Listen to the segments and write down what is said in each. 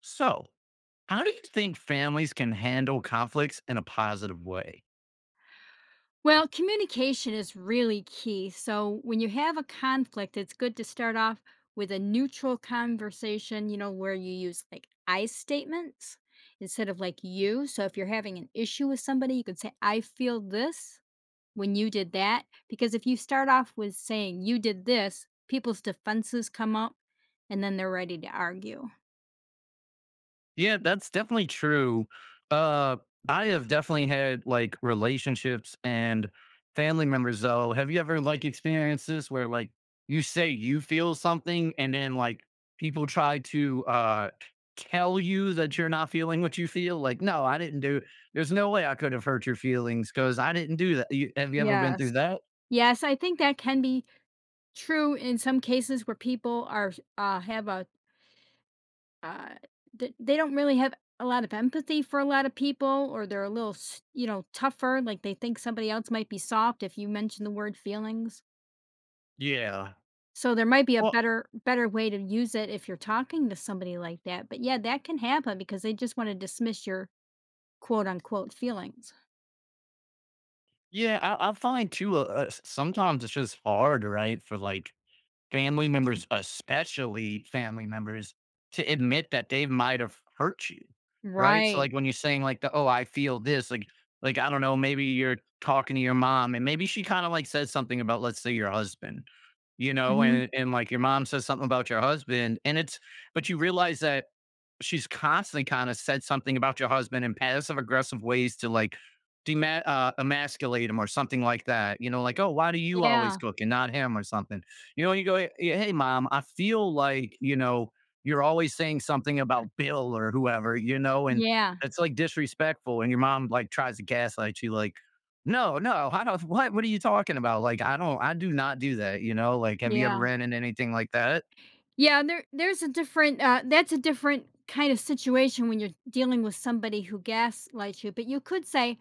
So, how do you think families can handle conflicts in a positive way? Well, communication is really key. So when you have a conflict, it's good to start off with a neutral conversation, you know, where you use like I statements instead of like you. So if you're having an issue with somebody, you could say, I feel this when you did that. Because if you start off with saying you did this, people's defenses come up and then they're ready to argue. Yeah, that's definitely true. Uh, I have definitely had like relationships and family members though. Have you ever like experienced this where like you say you feel something and then like people try to tell you that you're not feeling what you feel? Like, no, I didn't do there's no way I could have hurt your feelings because I didn't do that. You, have you ever been Yes. through that? Yes, I think that can be true in some cases where people are have a uh they don't really have a lot of empathy for a lot of people, or they're a little s- you know, tougher, like they think somebody else might be soft if you mention the word feelings. Yeah. So there might be a Well, better way to use it if you're talking to somebody like that, but yeah, that can happen because they just want to dismiss your quote unquote feelings. yeah, I find too sometimes it's just hard, right? For like family members, especially family members, to admit that they might have hurt you, right? So, Right. like when you're saying like the oh, I feel this, like I don't know, maybe you're talking to your mom and maybe she kind of like says something about let's say your husband, you know, Hmm. and like your mom says something about your husband, and it's but you realize that she's constantly kind of said something about your husband in passive aggressive ways to like emasculate him or something like that. You know, like, oh, why do you always Yeah. cook and not him or something? You know, you go, Hey, mom, I feel like, you know, you're always saying something about Bill or whoever, you know, and Yeah. it's like disrespectful." And your mom like tries to gaslight you, like, no, no, I don't, what are you talking about? Like, I don't, I do not do that, you know, like, have you ever Yeah. ran into anything like that? Yeah, there's a different that's a different kind of situation when you're dealing with somebody who gaslights you, but you could say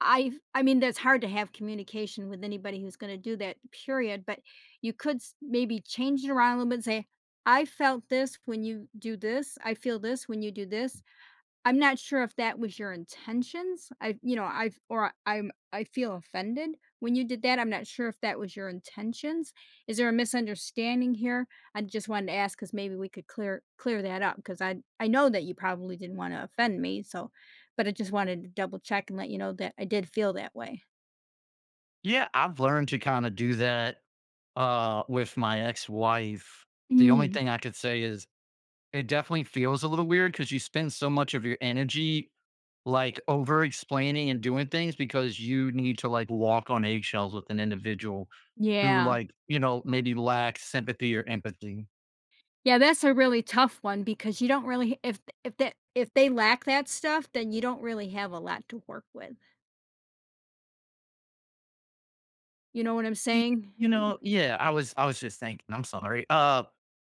I mean, that's hard to have communication with anybody who's gonna do that, period, but you could s maybe change it around a little bit and say, "I felt this when you do this. I feel this when you do this." I'm not sure if that was your intentions. I You know, I've, or I'm, I feel offended when you did that. I'm not sure if that was your intentions. Is there a misunderstanding here? I just wanted to ask because maybe we could clear that up, because I know that you probably didn't want to offend me. So, but I just wanted to double check and let you know that I did feel that way. Yeah, I've learned to kind of do that with my ex-wife, the only Mm, thing I could say is it definitely feels a little weird because you spend so much of your energy, like, over explaining and doing things because you need to, like, walk on eggshells with an individual who, yeah. like, you know, maybe lacks sympathy or empathy. Yeah, that's a really tough one because you don't really if that, if they lack that stuff, then you don't really have a lot to work with. You know what I'm Y saying? you know yeah, I was just thinking, I'm sorry.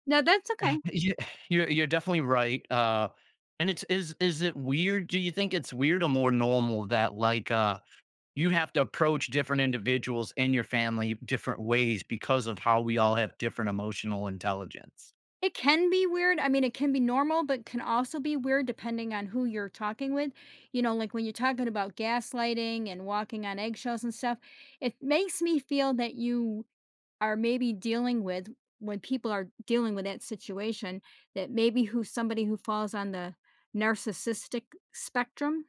No, that's okay. yeah, you're definitely right, and it's is it weird? Do you think it's weird or more normal that, like, you have to approach different individuals in your family different ways because of how we all have different emotional intelligence. It can be weird. I mean, it can be normal, but can also be weird depending on who you're talking with. You know, like when you're talking about gaslighting and walking on eggshells and stuff, it makes me feel that you are maybe dealing with, when people are dealing with that situation, that maybe who, somebody who falls on the narcissistic spectrum,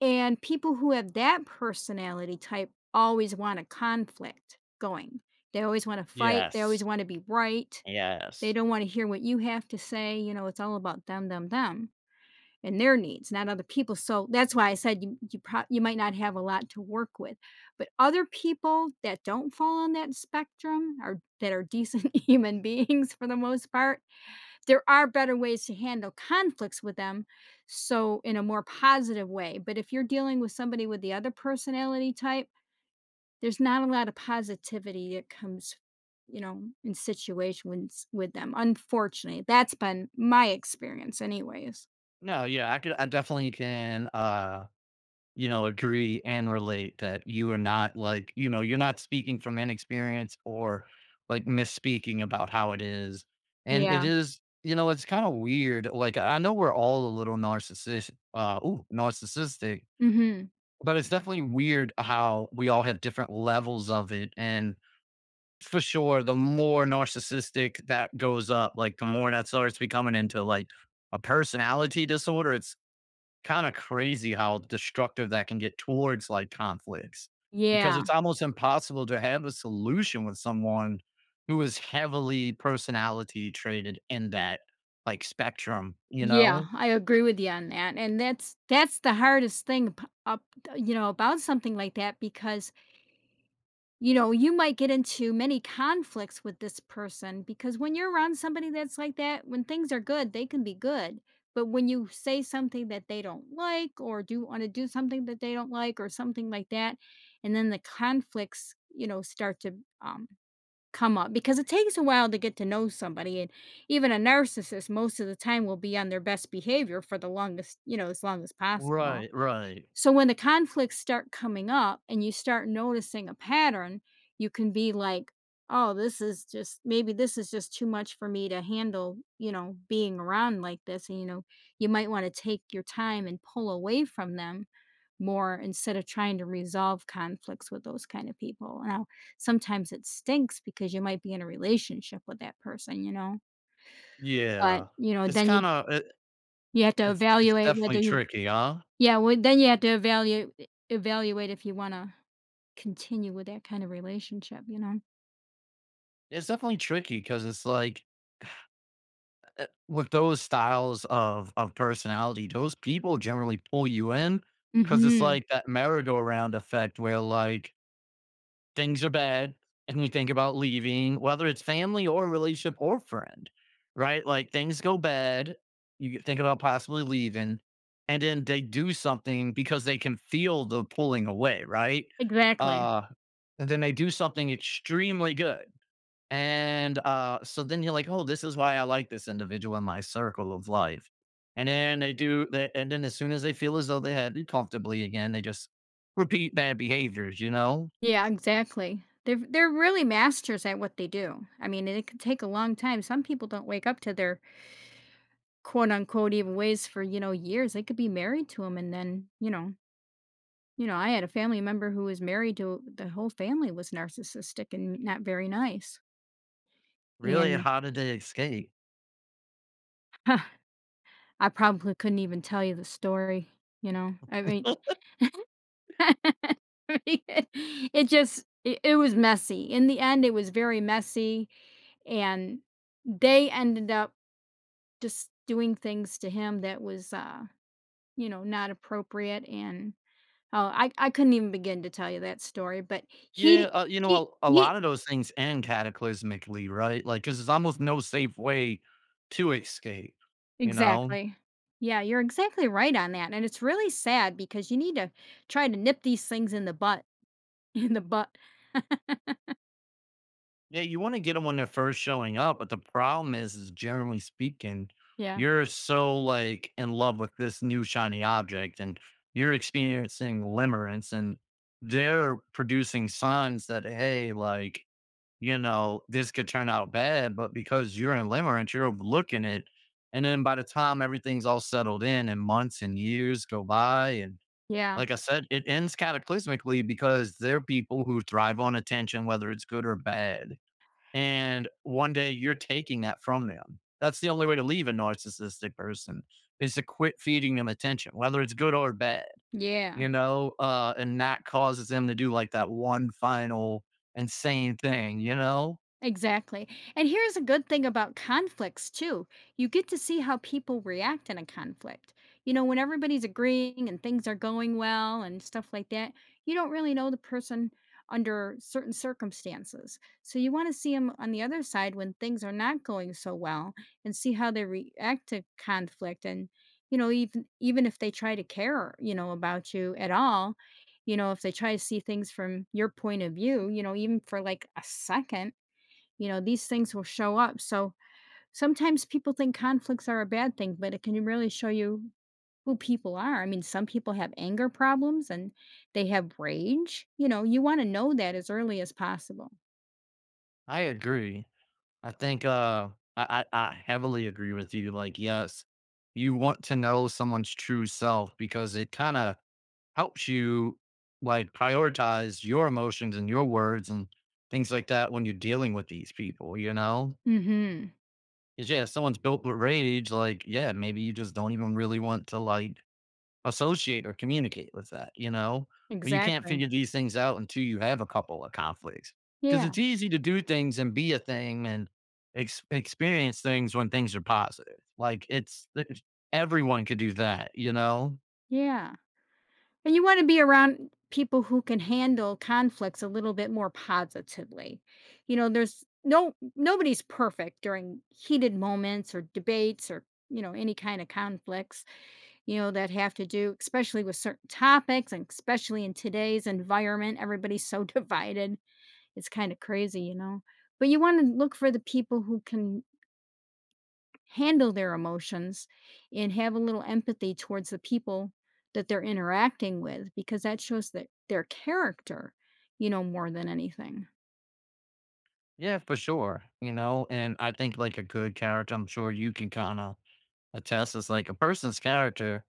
and people who have that personality type always want a conflict going. They always want to fight, they always Yes. want to be right. They Yes. don't wanna hear what you have to say, you know, it's all about them, them, them, and their needs, not other people, so that's why I said you, you prob, you might not have a lot to work with, but other people that don't fall on that spectrum or that are decent human beings for the most part, there are better ways to handle conflicts with them, so in a more positive way, but if you're dealing with somebody with the other personality type, there's not a lot of positivity that comes, you know, in situations with them, unfortunately. That's been my experience anyways. No, yeah, I definitely can, you know, agree and relate that you are not like, you know, you're not speaking from inexperience or like misspeaking about how it is. And it Yeah. is, you know, it's kind of weird. Like, I know we're all a little narcissistic, narcissistic, Mhm. but it's definitely weird how we all have different levels of it. And for sure, the more narcissistic that goes up, like the more that starts becoming into like a personality disorder, it's kind of crazy how destructive that can get towards like conflicts because Yeah. it's almost impossible to have a solution with someone who is heavily personality traded in that like spectrum, you Yeah, know? I agree with you on that, and that's the hardest thing p up, you know, about something like that because, you know, you might get into many conflicts with this person, because when you're around somebody that's like that, when things are good, they can be good. But when you say something that they don't like, or do want to do something that they don't like or something like that, and then the conflicts, you know, start to um, come up, because it takes a while to get to know somebody. And even a narcissist, most of the time, will be on their best behavior for the longest, you know, as long as possible. Right, right. So when the conflicts start coming up and you start noticing a pattern, you can be like, oh, this is just, maybe this is just too much for me to handle, you know, being around like this. And, you know, you might want to take your time and pull away from them more instead of trying to resolve conflicts with those kind of people. Now, sometimes it stinks because you might be in a relationship with that person, you know, but, Yeah. you know, It's then you, kind of you have to it's evaluate whether definitely you, tricky, huh? yeah, well, then you have to evaluate if you want to continue with that kind of relationship, you know? It's definitely tricky because it's like, eh, with those styles of personality, those people generally pull you in because it's Mhm. like that merry-go-round effect where, like, things are bad and you think about leaving, whether it's family or relationship or friend, right? Like, things go bad, you think about possibly leaving, and then they do something because they can feel the pulling away, right? Exactly. Uh, and then they do something extremely good. And, so then you're like, "Oh, this is why I like this individual in my circle of life." And then they do that and then as soon as they feel as though they had it comfortably again, they just repeat bad behaviors, you know? Yeah, exactly. They're really masters at what they do. I mean, it could take a long time. Some people don't wake up to their quote unquote evil ways for, you know, years. They could be married to him and then, you know, I had a family member who was married to, the whole family was narcissistic and not very nice. Really, And how did they escape? I probably couldn't even tell you the story, you know. I mean it just it was messy. In the end, it was very messy, and they ended up just doing things to him that was, you know, not appropriate. And oh, I couldn't even begin to tell you that story. But Yeah, he you know, a he lot of those things end cataclysmically, right? Like, cause there's almost no safe way to escape, you know? exactly. Yeah, you're exactly right on that, and it's really sad because you need to try to nip these things in the butt, in the butt. Yeah, you wanna get them when they're first showing up, but the problem is generally speaking, Yeah, you're so, like, in love with this new shiny object, and you're experiencing limerence, and they're producing signs that, hey, like, you know, this could turn out bad, but because you're in limerence, you're overlooking it, and then by the time everything's all settled in and months and years go by, and yeah, like I said, it ends cataclysmically because they're people who thrive on attention, whether it's good or bad, and one day you're taking that from them. That's the only way to leave a narcissistic person is to quit feeding them attention, whether it's good or bad, yeah. you know, and that causes them to do like that one final insane thing, you know? Exactly. And here's a good thing about conflicts, too. You get to see how people react in a conflict. You know, when everybody's agreeing and things are going well and stuff like that, you don't really know the person under certain circumstances. So you want to see them on the other side when things are not going so well and see how they react to conflict, and you know, even if they try to care, you know, about you at all, you know, if they try to see things from your point of view, you know, even for like a second, you know, these things will show up. So sometimes people think conflicts are a bad thing, but it can really show you who people are. I mean, some people have anger problems and they have rage. You know, you want to know that as early as possible. I agree. I think I heavily agree with you. Like, yes, you want to know someone's true self because it kind of helps you like prioritize your emotions and your words and things like that when you're dealing with these people, you know? Hmm. 'Cause yeah, if someone's built with rage, like, yeah, maybe you just don't even really want to like associate or communicate with that, you know? But you can't Exactly. figure these things out until you have a couple of conflicts. Because Yeah. it's easy to do things and be a thing and experience things when things are positive. Like it's everyone could do that, you know? Yeah. And you want to be around people who can handle conflicts a little bit more positively. You know, there's no nobody's perfect during heated moments or debates or, you know, any kind of conflicts. You know, that have to do, especially with certain topics and especially in today's environment, everybody's so divided. It's kind of crazy, you know. But you want to look for the people who can handle their emotions and have a little empathy towards the people that they're interacting with, because that shows that their character, you know, more than anything. Yeah, for sure. You know, and I think like a good character, I'm sure you can kind of attest is like a person's character,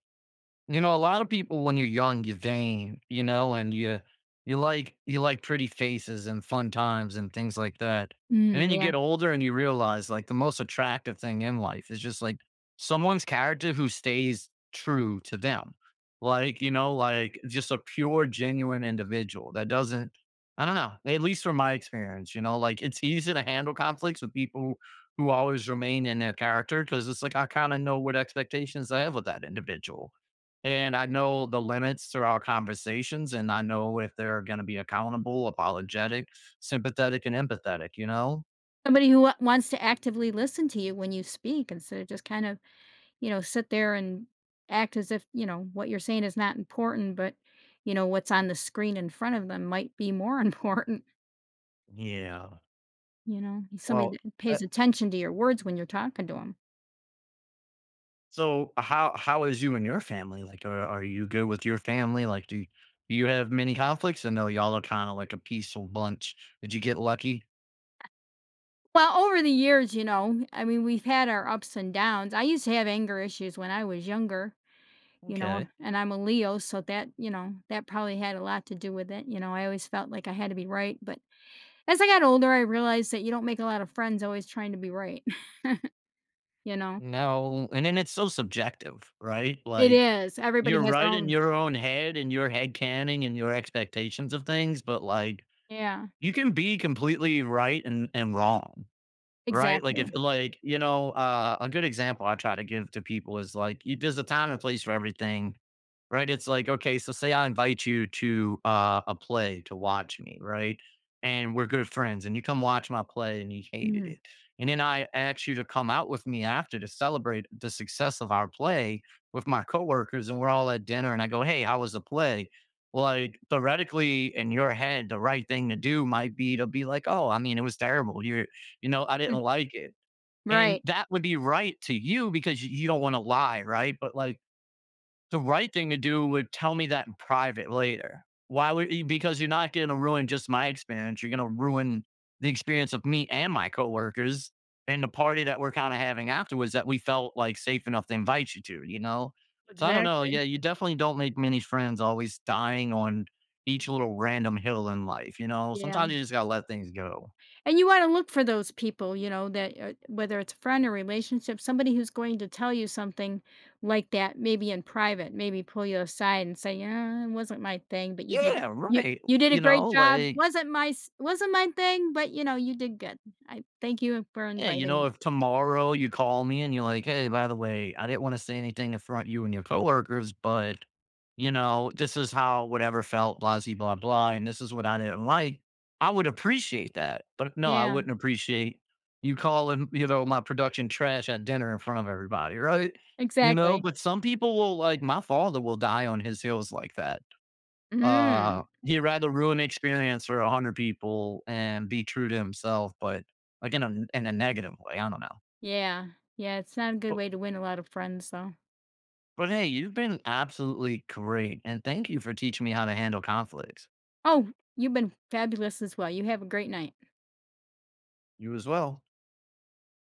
you know, a lot of people when you're young, you're vain, you know, and you you like pretty faces and fun times and things like that. And Mm, then you yeah. get older and you realize like the most attractive thing in life is just like someone's character who stays true to them. Like, you know, like just a pure, genuine individual that doesn't I don't know, at least from my experience, you know, like it's easy to handle conflicts with people who always remain in their character because it's like I kind of know what expectations I have with that individual and I know the limits through our conversations, and I know if they're going to be accountable, apologetic, sympathetic, and empathetic, you know? Somebody who wa- wants to actively listen to you when you speak, instead of just kind of, you know, sit there and act as if, you know, what you're saying is not important, but, you know, what's on the screen in front of them might be more important, Yeah. you know? Somebody Well, that uh, pays attention to your words when you're talking to them. so how is you and your family? Like, are you good with your family? Like, do you have many conflicts? I know y'all are kind of like a peaceful bunch. Did you get lucky? Well, over the years, you know, I mean, we've had our ups and downs. I used to have anger issues when I was younger, you know, Okay. and I'm a Leo, so that, you know, that probably had a lot to do with it, you know, I always felt like I had to be right, but as I got older, I realized that you don't make a lot of friends always trying to be right, you know? No. And then it's so subjective, right? It Like, is. you're Everybody has their right in own. your own head and your head canning and your expectations of things, but like, Yeah, you can be completely right and wrong, right? Like if exactly. like, you know, a good example I try to give to people is like, y there's a time and place for everything. Right? It's like, okay, so say I invite you to a play to watch me, right? And we're good friends, and you come watch my play and you hated Mhm. it. And then I ask you to come out with me after to celebrate the success of our play with my coworkers, and we're all at dinner. And I go, "Hey, how was the play?" Well, like theoretically, in your head, the right thing to do might be to be like, "Oh, I mean, it was terrible. You're, you know, I Mm, didn't like it." And right, that would be right to you because you don't want to lie, right? But like, the right thing to do would tell me that in private later. Why would you because you're not gonna ruin just my experience, you're gonna ruin the experience of me and my coworkers and the party that we're kinda having afterwards that we felt, like, safe enough to invite you to, you know? So I don't know, exactly, yeah, you definitely don't make many friends always dying on each little random hill in life, you know? yeah, Sometimes you just gotta let things go. and you wanna look for those people, you know, that, uh, whether it's a friend or relationship, somebody who's going to tell you something like that, maybe in private, maybe pull you aside and say, "Yeah, it wasn't my thing, but you did, Yeah, you right, you did a you great know, job. like, Wasn't my s, wasn't my thing, but, you know, you did good. I thank you for yeah, you inviting know, me." if tomorrow you call me and you're like, "Hey, by the way, I didn't wanna say anything to front of you and your coworkers, but, you know, this is how whatever felt, blah-zee, blah, blah, and this is what I didn't like," I would appreciate that, but no, I Yeah, wouldn't appreciate you calling, you know, my production trash at dinner in front of everybody, right? You know, exactly. but some people will like, my father will die on his heels like that. Mm, He'd rather ruin the experience for 100 people and be true to himself, but, like, in a negative way, I don't know. yeah, yeah, it's not a good But way to win a lot of friends, though. but, hey, you've been absolutely great, and thank you for teaching me how to handle conflicts. Oh, you've been fabulous as well. You have a great night. You as well.